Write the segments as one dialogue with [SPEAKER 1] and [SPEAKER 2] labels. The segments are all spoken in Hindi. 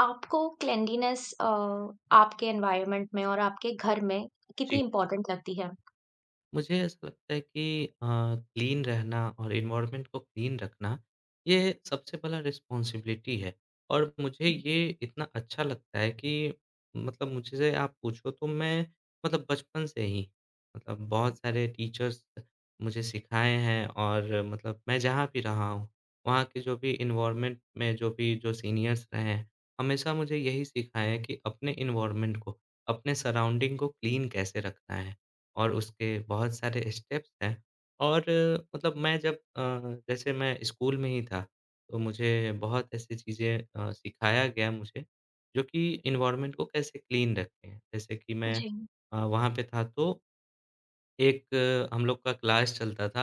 [SPEAKER 1] आपको क्लेanliness आपके एनवायरनमेंट में और आपके घर में कितनी
[SPEAKER 2] जी,
[SPEAKER 1] इम्पोर्टेंट लगती है?
[SPEAKER 2] मुझे ऐसा लगता है कि क्लीन रहना और एनवायरनमेंट को क्लीन रखना, ये सबसे पहला रिस्पॉन्सिबिलिटी है और मुझे ये इतना अच्छा लगता है कि मतलब मुझसे आप पूछो तो मैं मतलब बचपन से ही मतलब बहुत सारे टीचर्स मुझे सिखाए हैं और मतलब मैं जहाँ भी रहा हूँ, वहाँ के जो भी एनवायरनमेंट में जो भी जो सीनियर्स रहे हैं, हमेशा मुझे यही सिखाया है कि अपने एनवायरनमेंट को, अपने सराउंडिंग को क्लीन कैसे रखना है। और उसके बहुत सारे स्टेप्स हैं और मतलब मैं जब जैसे मैं स्कूल में ही था, तो मुझे बहुत ऐसी चीज़ें सिखाया गया मुझे, जो कि एनवायरनमेंट को कैसे क्लीन रखें। जैसे कि मैं
[SPEAKER 1] जी।
[SPEAKER 2] वहाँ पे था तो एक हम लोग का क्लास चलता था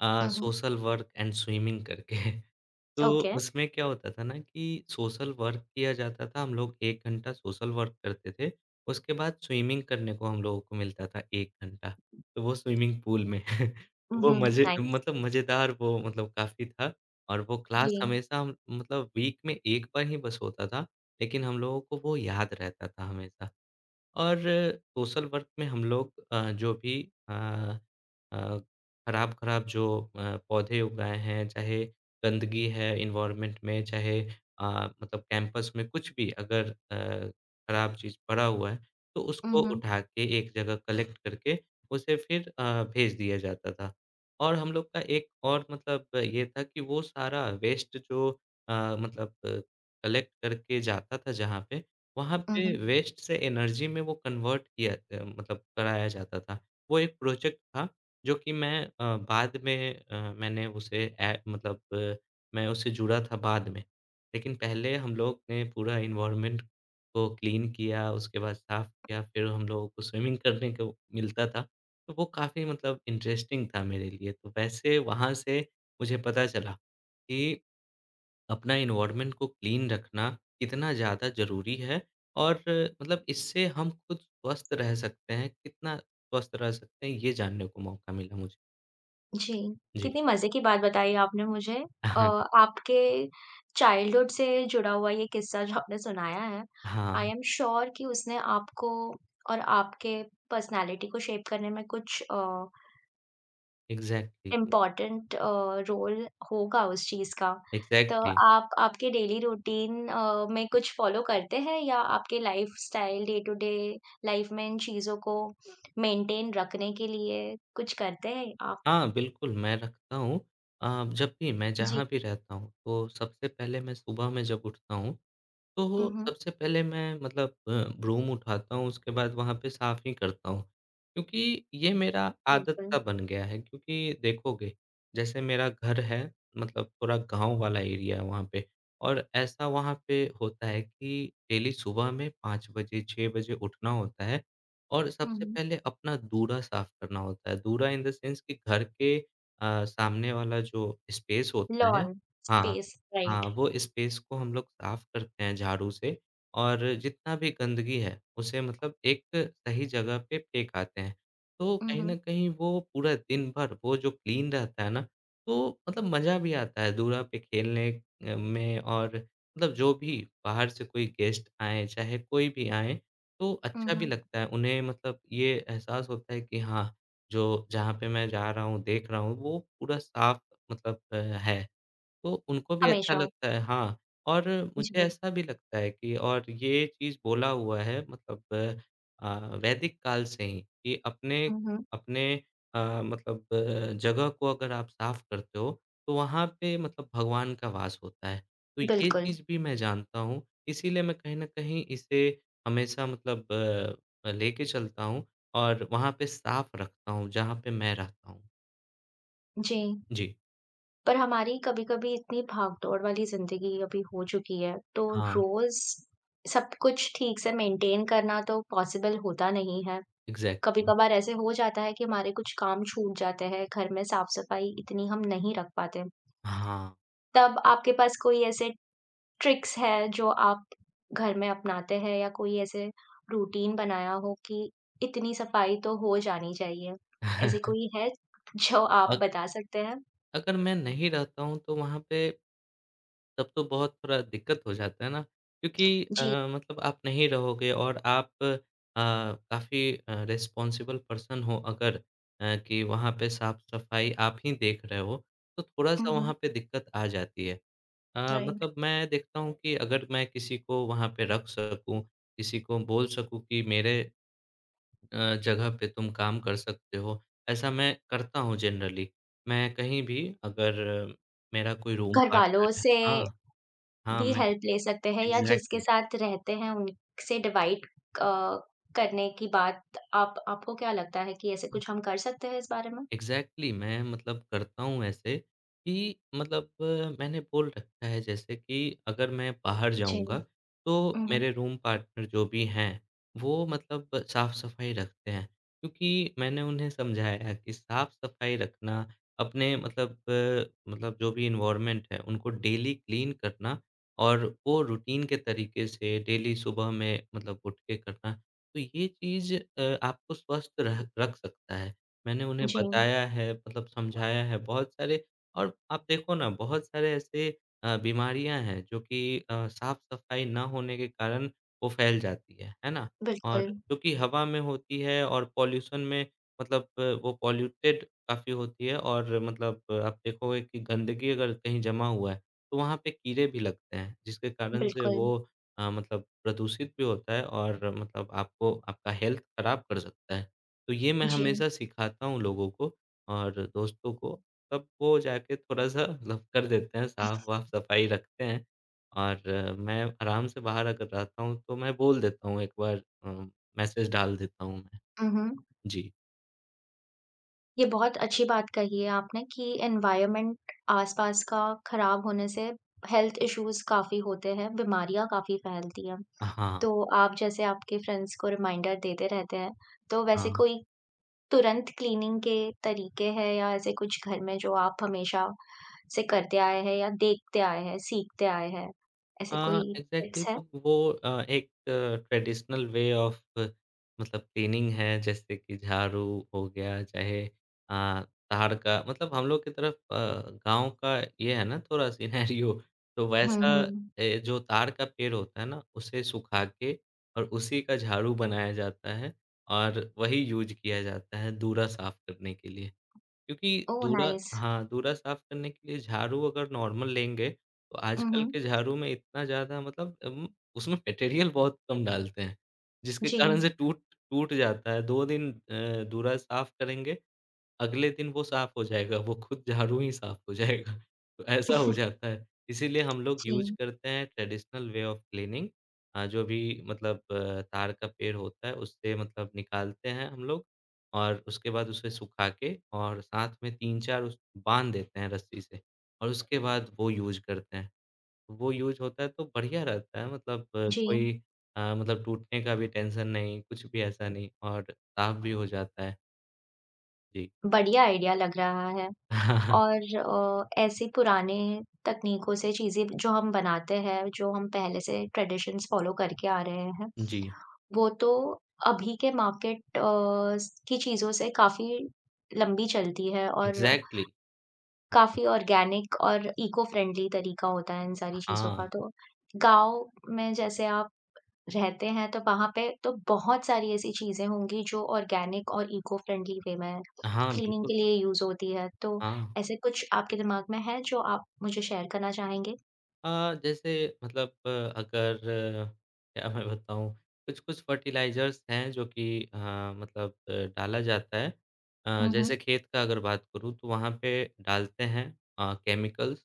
[SPEAKER 1] हुँ, हुँ।
[SPEAKER 2] सोशल वर्क एंड स्विमिंग करके। तो
[SPEAKER 1] ओके।
[SPEAKER 2] उसमें क्या होता था ना कि सोशल वर्क किया जाता था, हम लोग 1 घंटा सोशल वर्क करते थे, उसके बाद स्विमिंग करने को हम लोगों को मिलता था 1 घंटा, तो वो स्विमिंग पूल में। तो वो
[SPEAKER 1] उहुँ,
[SPEAKER 2] मज़े
[SPEAKER 1] नाइस।
[SPEAKER 2] मतलब मज़ेदार वो मतलब काफ़ी था और वो
[SPEAKER 1] जी।
[SPEAKER 2] क्लास हमेशा हम मतलब वीक में 1 बार ही बस होता था, लेकिन हम लोगों को वो याद रहता था हमेशा। और सोशल वर्क में हम लोग जो भी अ, अ, खराब-खराब जो पौधे उगाए हैं, चाहे गंदगी है एनवायरनमेंट में, चाहे अ, मतलब कैंपस में कुछ भी अगर खराब चीज़ पड़ा हुआ है, तो उसको
[SPEAKER 1] उहुँ,
[SPEAKER 2] उठा के एक जगह कलेक्ट करके उसे फिर भेज दिया जाता था। और हम लोग का एक और मतलब ये था कि वो सारा वेस्ट जो मतलब कलेक्ट करके जाता था जहाँ पे, वहाँ पे
[SPEAKER 1] उहुँ।
[SPEAKER 2] वेस्ट से एनर्जी में वो कन्वर्ट किया मतलब कराया जाता था। वो एक प्रोजेक्ट था जो कि मैं बाद में मैंने उसे ए मतलब मैं उससे जुड़ा था बाद में। लेकिन पहले हम लोग ने पूरा एनवायरनमेंट को क्लीन किया, उसके बाद साफ़ किया, फिर हम लोगों को स्विमिंग करने को मिलता था। तो वो काफ़ी मतलब इंटरेस्टिंग था मेरे लिए। तो वैसे वहाँ से मुझे पता चला कि अपना एनवायरनमेंट को क्लीन रखना कितना ज़्यादा ज़रूरी है और मतलब इससे हम खुद स्वस्थ रह सकते हैं, कितना स्वस्थ रह सकते हैं, ये जानने को मौका मिला मुझे।
[SPEAKER 1] जी,
[SPEAKER 2] जी।
[SPEAKER 1] कितनी मज़े की बात बताई आपने मुझे। अ,
[SPEAKER 2] हाँ,
[SPEAKER 1] आपके चाइल्डहुड से जुड़ा हुआ ये किस्सा जो आपने सुनाया है, आई
[SPEAKER 2] हाँ,
[SPEAKER 1] एम श्योर कि उसने आपको और आपके पर्सनैलिटी को शेप करने में कुछ
[SPEAKER 2] एग्ज़ैक्टली,
[SPEAKER 1] इम्पोर्टेंट रोल होगा उस चीज़ का। तो
[SPEAKER 2] एग्ज़ैक्टली।
[SPEAKER 1] आप आपके डेली रूटीन में कुछ फ़ॉलो करते हैं या आपके lifestyle day to day life में इन चीज़ों को मेंटेन रखने के लिए कुछ करते हैं आप?
[SPEAKER 2] हाँ, बिल्कुल मैं रखता हूँ। जब भी मैं
[SPEAKER 1] जी।
[SPEAKER 2] जहाँ भी रहता हूँ, तो सबसे पहले मैं सुबह में जब उठता हूँ तो
[SPEAKER 1] हुँ, हुँ।
[SPEAKER 2] सबसे पहले मैं मतलब रूम उठाता हूँ, उसके बाद वहाँ पे साफ़ ही करता हूँ। क्योंकि ये मेरा आदत सा
[SPEAKER 1] बिल्कुल।
[SPEAKER 2] बन गया है क्योंकि देखोगे, जैसे मेरा घर है मतलब थोड़ा गाँव वाला एरिया है वहाँ पे और ऐसा वहाँ पे होता है कि डेली सुबह में 5 बजे, 6 बजे उठना होता है और
[SPEAKER 1] हुँ,
[SPEAKER 2] सबसे
[SPEAKER 1] हुँ।
[SPEAKER 2] पहले अपना दूल्हा साफ़ करना होता है। दूल्हा इन द सेंस कि घर के सामने वाला जो स्पेस होता है
[SPEAKER 1] लॉन,
[SPEAKER 2] हाँ।
[SPEAKER 1] स्पेस,
[SPEAKER 2] हाँ,
[SPEAKER 1] राइट।
[SPEAKER 2] वो स्पेस को हम लोग साफ करते हैं झाड़ू से और जितना भी गंदगी है, उसे मतलब एक सही जगह पे फेंक आते हैं। तो
[SPEAKER 1] हुँ,
[SPEAKER 2] कहीं
[SPEAKER 1] हुँ।
[SPEAKER 2] न कहीं वो पूरा दिन भर वो जो क्लीन रहता है ना, तो मतलब मज़ा भी आता है दूरा पे खेलने में और मतलब जो भी बाहर से कोई गेस्ट आएँ, चाहे कोई भी आएँ, तो
[SPEAKER 1] हुँ,
[SPEAKER 2] अच्छा भी
[SPEAKER 1] हुँ।
[SPEAKER 2] लगता है। उन्हें मतलब ये एहसास होता है कि हाँ, जो जहाँ पे मैं जा रहा हूँ, देख रहा हूँ, वो पूरा साफ मतलब है। तो उनको भी अच्छा
[SPEAKER 1] हमेशा।
[SPEAKER 2] लगता है हाँ, और मुझे
[SPEAKER 1] जी।
[SPEAKER 2] ऐसा भी लगता है कि और ये चीज़ बोला हुआ है मतलब वैदिक काल से ही कि अपने
[SPEAKER 1] हुँ, हुँ।
[SPEAKER 2] अपने मतलब जगह को अगर आप साफ़ करते हो, तो वहाँ पे मतलब भगवान का वास होता है। तो ये
[SPEAKER 1] बिल्कुल।
[SPEAKER 2] चीज़ भी मैं जानता हूँ, इसीलिए मैं कहीं न कहीं इसे हमेशा मतलब लेके चलता हूँ और वहाँ पे साफ़ रखता हूँ, जहाँ पे मैं रहता हूँ।
[SPEAKER 1] जी।
[SPEAKER 2] जी।
[SPEAKER 1] पर हमारी कभी-कभी इतनी भागदौड़ वाली ज़िंदगी अभी हो चुकी है, तो
[SPEAKER 2] हाँ,
[SPEAKER 1] रोज़ सब कुछ ठीक से मेंटेन करना तो पॉसिबल होता नहीं है।
[SPEAKER 2] एग्ज़ैक्टली।
[SPEAKER 1] कभी-कभार ऐसे हो जाता है कि हमारे कुछ काम छूट जाते हैं, घर में साफ-सफाई इतनी हम नहीं रख पाते।
[SPEAKER 2] हाँ।
[SPEAKER 1] तब आपके पास कोई ऐसे ट्रिक्स है जो आप घर में अपनाते हैं या कोई ऐसे रूटीन बनाया हो कि इतनी सफाई तो हो जानी चाहिए? ऐसी कोई है जो आप
[SPEAKER 2] अग
[SPEAKER 1] बता सकते हैं?
[SPEAKER 2] अगर मैं नहीं रहता हूँ तो वहाँ पे तब तो बहुत थोड़ा दिक्कत हो जाता है ना क्योंकि अ,
[SPEAKER 1] जी।
[SPEAKER 2] मतलब आप नहीं रहोगे और आप काफ़ी रिस्पॉन्सिबल पर्सन हो अगर कि वहाँ पे साफ-सफाई आप ही देख रहे हो, तो
[SPEAKER 1] हुँ,
[SPEAKER 2] थोड़ा-सा
[SPEAKER 1] हुँ।
[SPEAKER 2] वहाँ पे दिक्कत आ जाती है।
[SPEAKER 1] राइट।
[SPEAKER 2] मतलब मैं देखता हूँ कि अगर मैं किसी को वहाँ पे रख सकूँ, किसी को बोल सकूँ कि मेरे जगह पे तुम काम कर सकते हो। ऐसा मैं करता हूँ जनरली। मैं कहीं भी अगर मेरा कोई रूम पार्टनर
[SPEAKER 1] घरवालों
[SPEAKER 2] है
[SPEAKER 1] से
[SPEAKER 2] हाँ, हाँ
[SPEAKER 1] भी
[SPEAKER 2] मैं
[SPEAKER 1] हेल्प ले सकते हैं या जिसके
[SPEAKER 2] एग्ज़ैक्टली।
[SPEAKER 1] साथ रहते हैं उनसे डिवाइड अ, करने की बात आप आपको क्या लगता है कि ऐसे कुछ हम कर सकते हैं इस बारे में?
[SPEAKER 2] एग्ज़ैक्टली मैं मतलब करता हूँ ऐसे कि मतलब मैंने बोल रखा है जैसे कि अगर मैं बाहर
[SPEAKER 1] जी।
[SPEAKER 2] जाऊँगा, तो
[SPEAKER 1] उहुँ,
[SPEAKER 2] मेरे रूम पार्टनर जो भी हैं, वो मतलब साफ़-सफ़ाई रखते हैं। क्योंकि मैंने उन्हें समझाया है कि साफ़-सफ़ाई रखना, अपने मतलब मतलब जो भी एनवायरनमेंट है, उनको डेली क्लीन करना और वो रूटीन के तरीके से डेली सुबह में मतलब उठ के करना। तो ये चीज़ आपको स्वस्थ रह रख सकता है। मैंने उन्हें
[SPEAKER 1] जी।
[SPEAKER 2] बताया है, मतलब समझाया है बहुत सारे और आप देखो ना बहुत सारे ऐसे बीमारियाँ हैं जो कि साफ-सफाई ना होने के कारण वो फैल जाती है ना? और
[SPEAKER 1] बिल्कुल,
[SPEAKER 2] क्योंकि हवा में होती है और पॉल्यूशन में मतलब वो पॉल्यूटेड काफ़ी होती है और मतलब आप देखोगे कि गंदगी अगर कहीं जमा हुआ है, तो वहाँ पे कीड़े भी लगते हैं, जिसके कारण से वो
[SPEAKER 1] बिल्कुल।
[SPEAKER 2] मतलब प्रदूषित भी होता है और मतलब आपको आपका हेल्थ खराब कर सकता है। तो ये मैं
[SPEAKER 1] जी।
[SPEAKER 2] हमेशा सिखाता हूँ लोगों को और दोस्तों को, तब वो जाके थोड़ा-सा मतलब कर देते हैं, साफ-वाफ सफाई रखते हैं। और मैं आराम से बाहर अगर रहता हूँ, तो मैं बोल देता हूँ एक बार मैसेज डाल देता हूँ मैं।
[SPEAKER 1] उहुँ।
[SPEAKER 2] जी।
[SPEAKER 1] ये बहुत अच्छी बात कही है आपने कि एनवायरनमेंट आस-पास का खराब होने से हेल्थ इश्यूज़ काफ़ी होते हैं, बीमारियाँ काफ़ी फैलती हैं।
[SPEAKER 2] हाँ,
[SPEAKER 1] तो आप जैसे आपके फ्रेंड्स को रिमाइंडर देते रहते हैं, तो वैसे
[SPEAKER 2] हाँ।
[SPEAKER 1] कोई तुरंत क्लीनिंग के तरीके हैं या ऐसे कुछ घर में जो आप हमेशा से करते आए हैं या देखते आए हैं, सीखते आए हैं? ऐसे
[SPEAKER 2] हाँ,
[SPEAKER 1] कोई
[SPEAKER 2] एग्ज़ैक्टली
[SPEAKER 1] टिप्स है?
[SPEAKER 2] तो वो एक ट्रेडिशनल वे ऑफ मतलब क्लीनिंग है, जैसे कि झाड़ू हो गया, चाहे ताड़ का मतलब हम लोग की तरफ गाँव का ये है ना थोड़ा सिनेरियो तो
[SPEAKER 1] हुँ,
[SPEAKER 2] वैसा
[SPEAKER 1] हुँ।
[SPEAKER 2] ए, जो ताड़ का पेड़ होता है ना, उसे सुखा के और उसी का झाड़ू बनाया जाता है और वही यूज़ किया जाता है, दूरा साफ करने के लिए। क्योंकि
[SPEAKER 1] ओह!
[SPEAKER 2] धूरा
[SPEAKER 1] नाइस।
[SPEAKER 2] हाँ, धूरा साफ करने के लिए झाड़ू अगर नॉर्मल लेंगे, तो
[SPEAKER 1] हुँ,
[SPEAKER 2] आजकल
[SPEAKER 1] हुँ।
[SPEAKER 2] के झाड़ू में इतना ज़्यादा मतलब उसमें मटेरियल बहुत कम डालते हैं, जिसके
[SPEAKER 1] जी।
[SPEAKER 2] कारण से टूट टूट जाता है। 2 दिन धूरा साफ करेंगे अगले दिन वो साफ हो जाएगा, वो खुद झाड़ू ही साफ हो जाएगा। तो ऐसा हो जाता है, इसीलिए हम लोग यूज़
[SPEAKER 1] जी,
[SPEAKER 2] करते हैं ट्रेडिशनल वे ऑफ क्लीनिंग जो भी मतलब तार का पेड़ होता है उससे मतलब निकालते हैं हम लोग और उसके बाद उसे सुखा के और साथ में 3-4 उस बाँध देते हैं रस्सी से और उसके बाद वो यूज़ करते हैं। वो यूज़ होता है तो बढ़िया रहता है मतलब
[SPEAKER 1] जी।
[SPEAKER 2] कोई मतलब टूटने का भी टेंशन नहीं, कुछ भी ऐसा नहीं और साफ भी हो जाता है। जी।
[SPEAKER 1] बढ़िया आइडिया लग रहा है। और ऐसी पुराने तकनीकों से चीज़ें जो हम बनाते हैं, जो हम पहले से ट्रेडिशंस फ़ॉलो करके आ रहे हैं,
[SPEAKER 2] जी।
[SPEAKER 1] वो तो अभी के मार्केट स की चीज़ों से काफ़ी लंबी चलती है और
[SPEAKER 2] एग्ज़ैक्टली
[SPEAKER 1] काफ़ी ऑर्गेनिक और इको फ्रेंडली तरीका होता है इन सारी चीज़ों
[SPEAKER 2] हाँ,
[SPEAKER 1] का। तो गाँव में जैसे आप रहते हैं तो वहाँ पे तो बहुत सारी ऐसी चीज़ें होंगी जो ऑर्गेनिक और इको फ्रेंडली वे में
[SPEAKER 2] हाँ,
[SPEAKER 1] क्लीनिंग
[SPEAKER 2] बिल्कुल,
[SPEAKER 1] के लिए यूज़ होती है। तो
[SPEAKER 2] हाँ।
[SPEAKER 1] ऐसे कुछ आपके दिमाग में है जो आप मुझे शेयर करना चाहेंगे?
[SPEAKER 2] जैसे मतलब अगर क्या मैं बताऊँ, कुछ-कुछ फ़र्टिलाइज़र्स हैं जो कि अ, मतलब डाला जाता है।
[SPEAKER 1] हुँ, हुँ।
[SPEAKER 2] जैसे खेत का अगर बात करूँ तो वहाँ पे डालते हैं केमिकल्स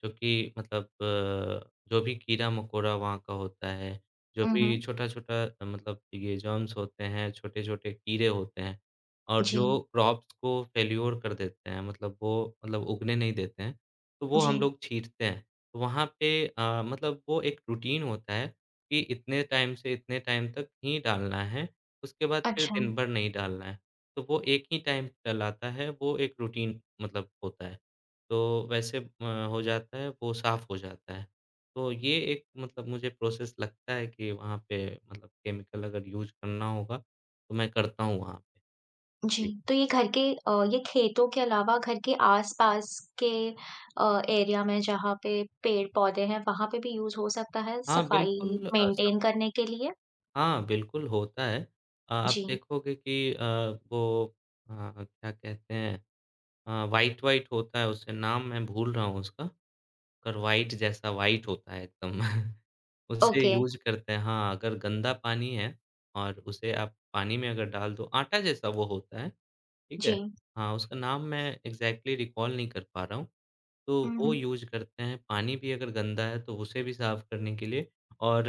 [SPEAKER 2] क्योंकि मतलब जो भी कीड़ा-मकोड़ा वहाँ का होता है, जो
[SPEAKER 1] हुँ,
[SPEAKER 2] भी
[SPEAKER 1] हुँ।
[SPEAKER 2] छोटा-छोटा मतलब ये जर्म्स होते हैं, छोटे-छोटे कीड़े होते हैं और
[SPEAKER 1] जी,
[SPEAKER 2] जो क्रॉप्स को फेल्योर कर देते हैं, मतलब वो मतलब उगने नहीं देते हैं, तो वो
[SPEAKER 1] जी।
[SPEAKER 2] हम लोग छींटते हैं। तो वहाँ पे मतलब वो एक रूटीन होता है कि इतने टाइम से इतने टाइम तक ही डालना है, उसके बाद फिर
[SPEAKER 1] अच्छा,
[SPEAKER 2] दिन भर नहीं डालना है। तो वो एक ही टाइम डलाता है, वो एक रूटीन मतलब होता है। तो वैसे हो जाता है, वो साफ़ हो जाता है। तो ये एक मतलब मुझे प्रोसेस लगता है कि वहाँ पे मतलब केमिकल अगर यूज़ करना होगा, तो मैं करता हूँ वहाँ पे।
[SPEAKER 1] जी।
[SPEAKER 2] जी।
[SPEAKER 1] तो ये घर के ये खेतों के अलावा घर के आस-पास के एरिया में जहाँ पे पेड़-पौधे हैं वहाँ पे भी यूज़ हो सकता है
[SPEAKER 2] हाँ,
[SPEAKER 1] सफाई
[SPEAKER 2] बिल्कुल
[SPEAKER 1] मेंटेन
[SPEAKER 2] सब
[SPEAKER 1] करने के लिए?
[SPEAKER 2] हाँ, बिल्कुल होता है। आप
[SPEAKER 1] जी।
[SPEAKER 2] देखोगे कि वो क्या कहते हैं व्हाइट-व्हाइट होता है, उसे नाम मैं भूल रहा हूँ उसका। कर व्हाइट जैसा व्हाइट होता है एकदम। उसे
[SPEAKER 1] ओके।
[SPEAKER 2] यूज़ करते हैं हाँ, अगर गंदा पानी है और उसे आप पानी में अगर डाल दो आटा जैसा वो होता है, ठीक
[SPEAKER 1] जी।
[SPEAKER 2] है? हाँ, उसका नाम मैं एग्ज़ैक्टली रिकॉल नहीं कर पा रहा हूँ। तो
[SPEAKER 1] हुँ,
[SPEAKER 2] वो
[SPEAKER 1] हुँ।
[SPEAKER 2] यूज़ करते हैं, पानी भी अगर गंदा है तो उसे भी साफ़ करने के लिए और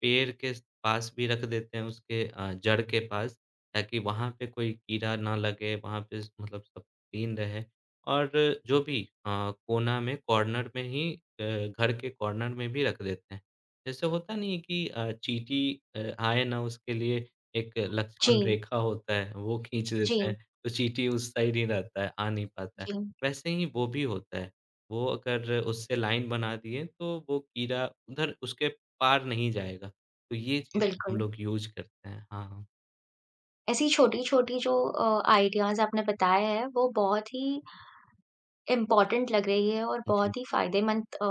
[SPEAKER 2] पेड़ के स पास भी रख देते हैं उसके जड़ के पास ताकि वहाँ पे कोई कीड़ा ना लगे, वहाँ पे स मतलब सब क्लीन रहे और जो भी कोना में कॉर्नर में ही घर के कॉर्नर में भी रख देते हैं। जैसे होता नहीं है कि चींटी आए ना उसके लिए एक लक्ष्मण
[SPEAKER 1] जी,
[SPEAKER 2] रेखा होता है, वो खींच
[SPEAKER 1] जी,
[SPEAKER 2] देते हैं, तो चींटी उस साइड ही रहता है, आ नहीं पाता है।
[SPEAKER 1] जी।
[SPEAKER 2] वैसे ही वो भी होता है। वो अगर उससे लाइन बना दिए तो वो कीड़ा उधर उसके पार नहीं जाएगा। तो ये चीज़ हम
[SPEAKER 1] बिल्कुल।
[SPEAKER 2] लोग यूज़ करते हैं। हाँ, हाँ।
[SPEAKER 1] ऐसी छोटी-छोटी जो आइडियाज़ आपने बताए हैं वो बहुत ही इम्पोर्टेंट लग रही है और
[SPEAKER 2] जी।
[SPEAKER 1] बहुत ही फ़ायदेमंद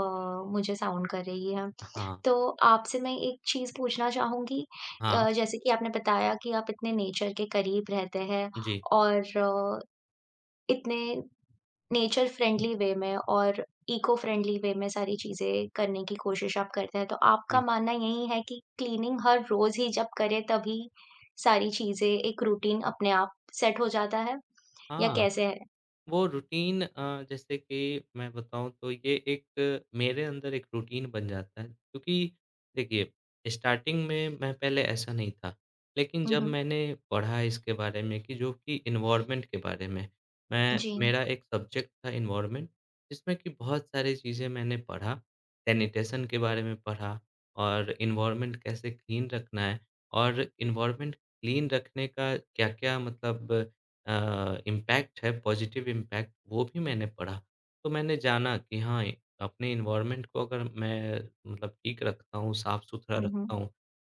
[SPEAKER 1] मुझे साउंड कर रही है।
[SPEAKER 2] हाँ,
[SPEAKER 1] तो आपसे मैं एक चीज़ पूछना चाहूँगी
[SPEAKER 2] हाँ।
[SPEAKER 1] जैसे कि आपने बताया कि आप इतने नेचर के करीब रहते हैं
[SPEAKER 2] जी,
[SPEAKER 1] और इतने नेचर फ्रेंडली वे में और इको फ्रेंडली वे में सारी चीज़ें करने की कोशिश आप करते हैं। तो आपका
[SPEAKER 2] जी।
[SPEAKER 1] मानना यही है कि क्लीनिंग हर रोज़ ही जब करें तभी सारी चीज़ें एक रूटीन अपने आप सेट हो जाता है? या
[SPEAKER 2] हाँ।
[SPEAKER 1] कैसे है?
[SPEAKER 2] वो रूटीन जैसे कि मैं बताऊँ तो ये एक मेरे अंदर एक रूटीन बन जाता है क्योंकि देखिए स्टार्टिंग में मैं पहले ऐसा नहीं था। लेकिन
[SPEAKER 1] हुँ,
[SPEAKER 2] जब
[SPEAKER 1] हुँ।
[SPEAKER 2] मैंने पढ़ा इसके बारे में कि जो कि एनवायरनमेंट के बारे में, मैं
[SPEAKER 1] जी।
[SPEAKER 2] मेरा एक सब्जेक्ट था एनवायरनमेंट जिसमें कि बहुत सारी चीज़ें मैंने पढ़ा, सैनिटेशन के बारे में पढ़ा और एनवायरनमेंट कैसे क्लीन रखना है और एनवायरनमेंट क्लीन रखने का क्या-क्या मतलब इम्पैक्ट है, पॉज़िटिव इम्पैक्ट, वो भी मैंने पढ़ा। तो मैंने जाना कि हाँ, ए अपने एनवायरनमेंट को अगर मैं मतलब ठीक रखता हूँ, साफ़-सुथरा
[SPEAKER 1] हुँ, हुँ।
[SPEAKER 2] रखता हूँ,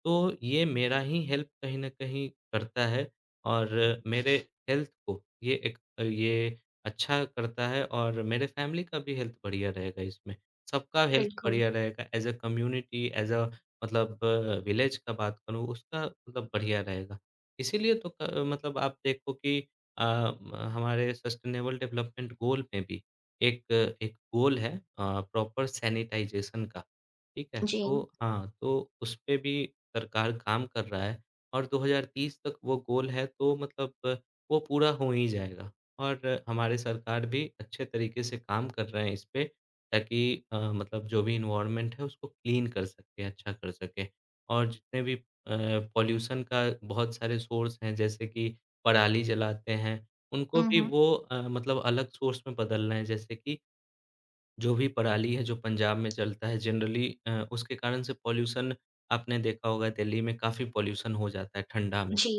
[SPEAKER 2] तो ये मेरा ही हेल्प कहीं न कहीं करता है और मेरे हेल्थ को ये एक ये अच्छा करता है और मेरे फ़ैमिली का भी हेल्थ बढ़िया रहेगा इसमें। सबका हेल्थ
[SPEAKER 1] बिल्कुल।
[SPEAKER 2] बढ़िया रहेगा as a community, as a मतलब विलेज का बात करूँ, उसका मतलब बढ़िया रहेगा। इसीलिए तो क मतलब आप देखो कि अ, म हमारे सस्टेनेबल डेवलपमेंट गोल में भी एक एक गोल है प्रॉपर सैनिटाइज़ेशन का, ठीक है?
[SPEAKER 1] जी।
[SPEAKER 2] तो हाँ, तो उस पे भी सरकार काम कर रहा है और 2030 तक वो गोल है तो मतलब वो पूरा हो ही जाएगा और हमारे सरकार भी अच्छे तरीके से काम कर रहे हैं इस पे ताकि मतलब जो भी एनवायरनमेंट है उसको क्लीन कर सके, अच्छा कर सके और जितने भी पॉल्यूशन का बहुत सारे सोर्स हैं जैसे कि पराली जलाते हैं, उनको
[SPEAKER 1] हुँ,
[SPEAKER 2] भी
[SPEAKER 1] हुँ।
[SPEAKER 2] वो मतलब अलग सोर्स में बदल रहे हैं। जैसे कि जो भी पराली है, जो पंजाब में जलता है जनरली उसके कारण से पॉल्यूशन आपने देखा होगा दिल्ली में काफ़ी पॉल्यूशन हो जाता है ठंडा में।
[SPEAKER 1] जी।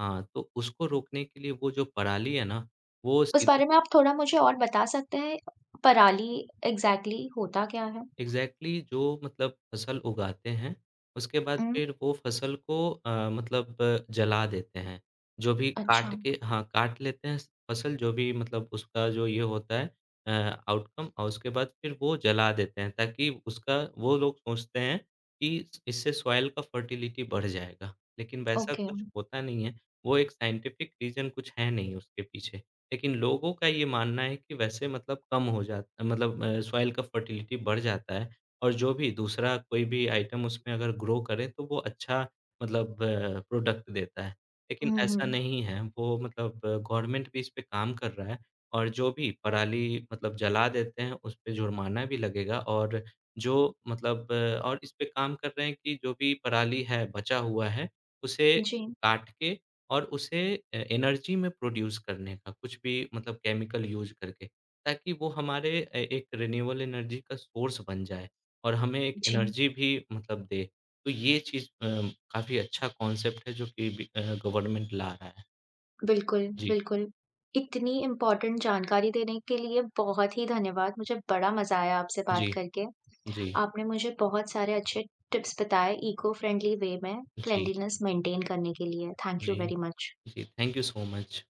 [SPEAKER 2] हाँ, तो उसको रोकने के लिए वो जो पराली है ना, वो
[SPEAKER 1] उस
[SPEAKER 2] सीधे
[SPEAKER 1] बारे में आप थोड़ा मुझे और बता सकते हैं? पराली एग्ज़ैक्टली होता क्या है?
[SPEAKER 2] एग्ज़ैक्टली जो मतलब फसल उगाते हैं, उसके बाद
[SPEAKER 1] हुँ।
[SPEAKER 2] फिर वो फसल को मतलब जला देते हैं। जो भी काट
[SPEAKER 1] अच्छा।
[SPEAKER 2] के हाँ, काट लेते हैं फसल जो भी मतलब उसका जो ये होता है अ, आउटकम और उसके बाद फिर वो जला देते हैं ताकि उसका वो लोग सोचते हैं कि इससे सॉइल का फर्टिलिटी बढ़ जाएगा, लेकिन वैसा
[SPEAKER 1] ओके।
[SPEAKER 2] कुछ होता नहीं है। वो एक साइंटिफिक रीज़न कुछ है नहीं उसके पीछे। लेकिन लोगों का ये मानना है कि वैसे मतलब कम हो जाता मतलब सॉइल का फर्टिलिटी बढ़ जाता है और जो भी दूसरा कोई भी आइटम उसमें अगर ग्रो करें तो वो अच्छा मतलब प्रोडक्ट देता है। लेकिन
[SPEAKER 1] हुँ,
[SPEAKER 2] ऐसा
[SPEAKER 1] हुँ।
[SPEAKER 2] नहीं है, वो मतलब गवर्नमेंट भी इस पे काम कर रहा है और जो भी पराली मतलब जला देते हैं, उस पे जुर्माना भी लगेगा और जो मतलब और इस पे काम कर रहे हैं कि जो भी पराली है, बचा हुआ है, उसे
[SPEAKER 1] जी।
[SPEAKER 2] काट के और उसे एनर्जी में प्रोड्यूस करने का कुछ भी मतलब केमिकल यूज़ करके, ताकि वो हमारे एक रिन्यूएबल एनर्जी का सोर्स बन जाए और हमें एक
[SPEAKER 1] जी।
[SPEAKER 2] एनर्जी भी मतलब दे। तो ये चीज़ काफ़ी अच्छा कॉन्सेप्ट है जो कि बी गवर्नमेंट ला रहा है।
[SPEAKER 1] बिल्कुल,
[SPEAKER 2] जी,
[SPEAKER 1] बिल्कुल। इतनी इम्पोर्टेंट जानकारी देने के लिए बहुत ही धन्यवाद। मुझे बड़ा मज़ा आया आपसे बात
[SPEAKER 2] जी,
[SPEAKER 1] करके।
[SPEAKER 2] जी,
[SPEAKER 1] आपने मुझे बहुत सारे अच्छे टिप्स बताए इको फ्रेंडली वे में
[SPEAKER 2] जी,
[SPEAKER 1] क्लेanलीनेस मेंटेन करने के लिए। थैंक यू
[SPEAKER 2] जी,
[SPEAKER 1] वेरी मच।
[SPEAKER 2] जी। Thank you so much.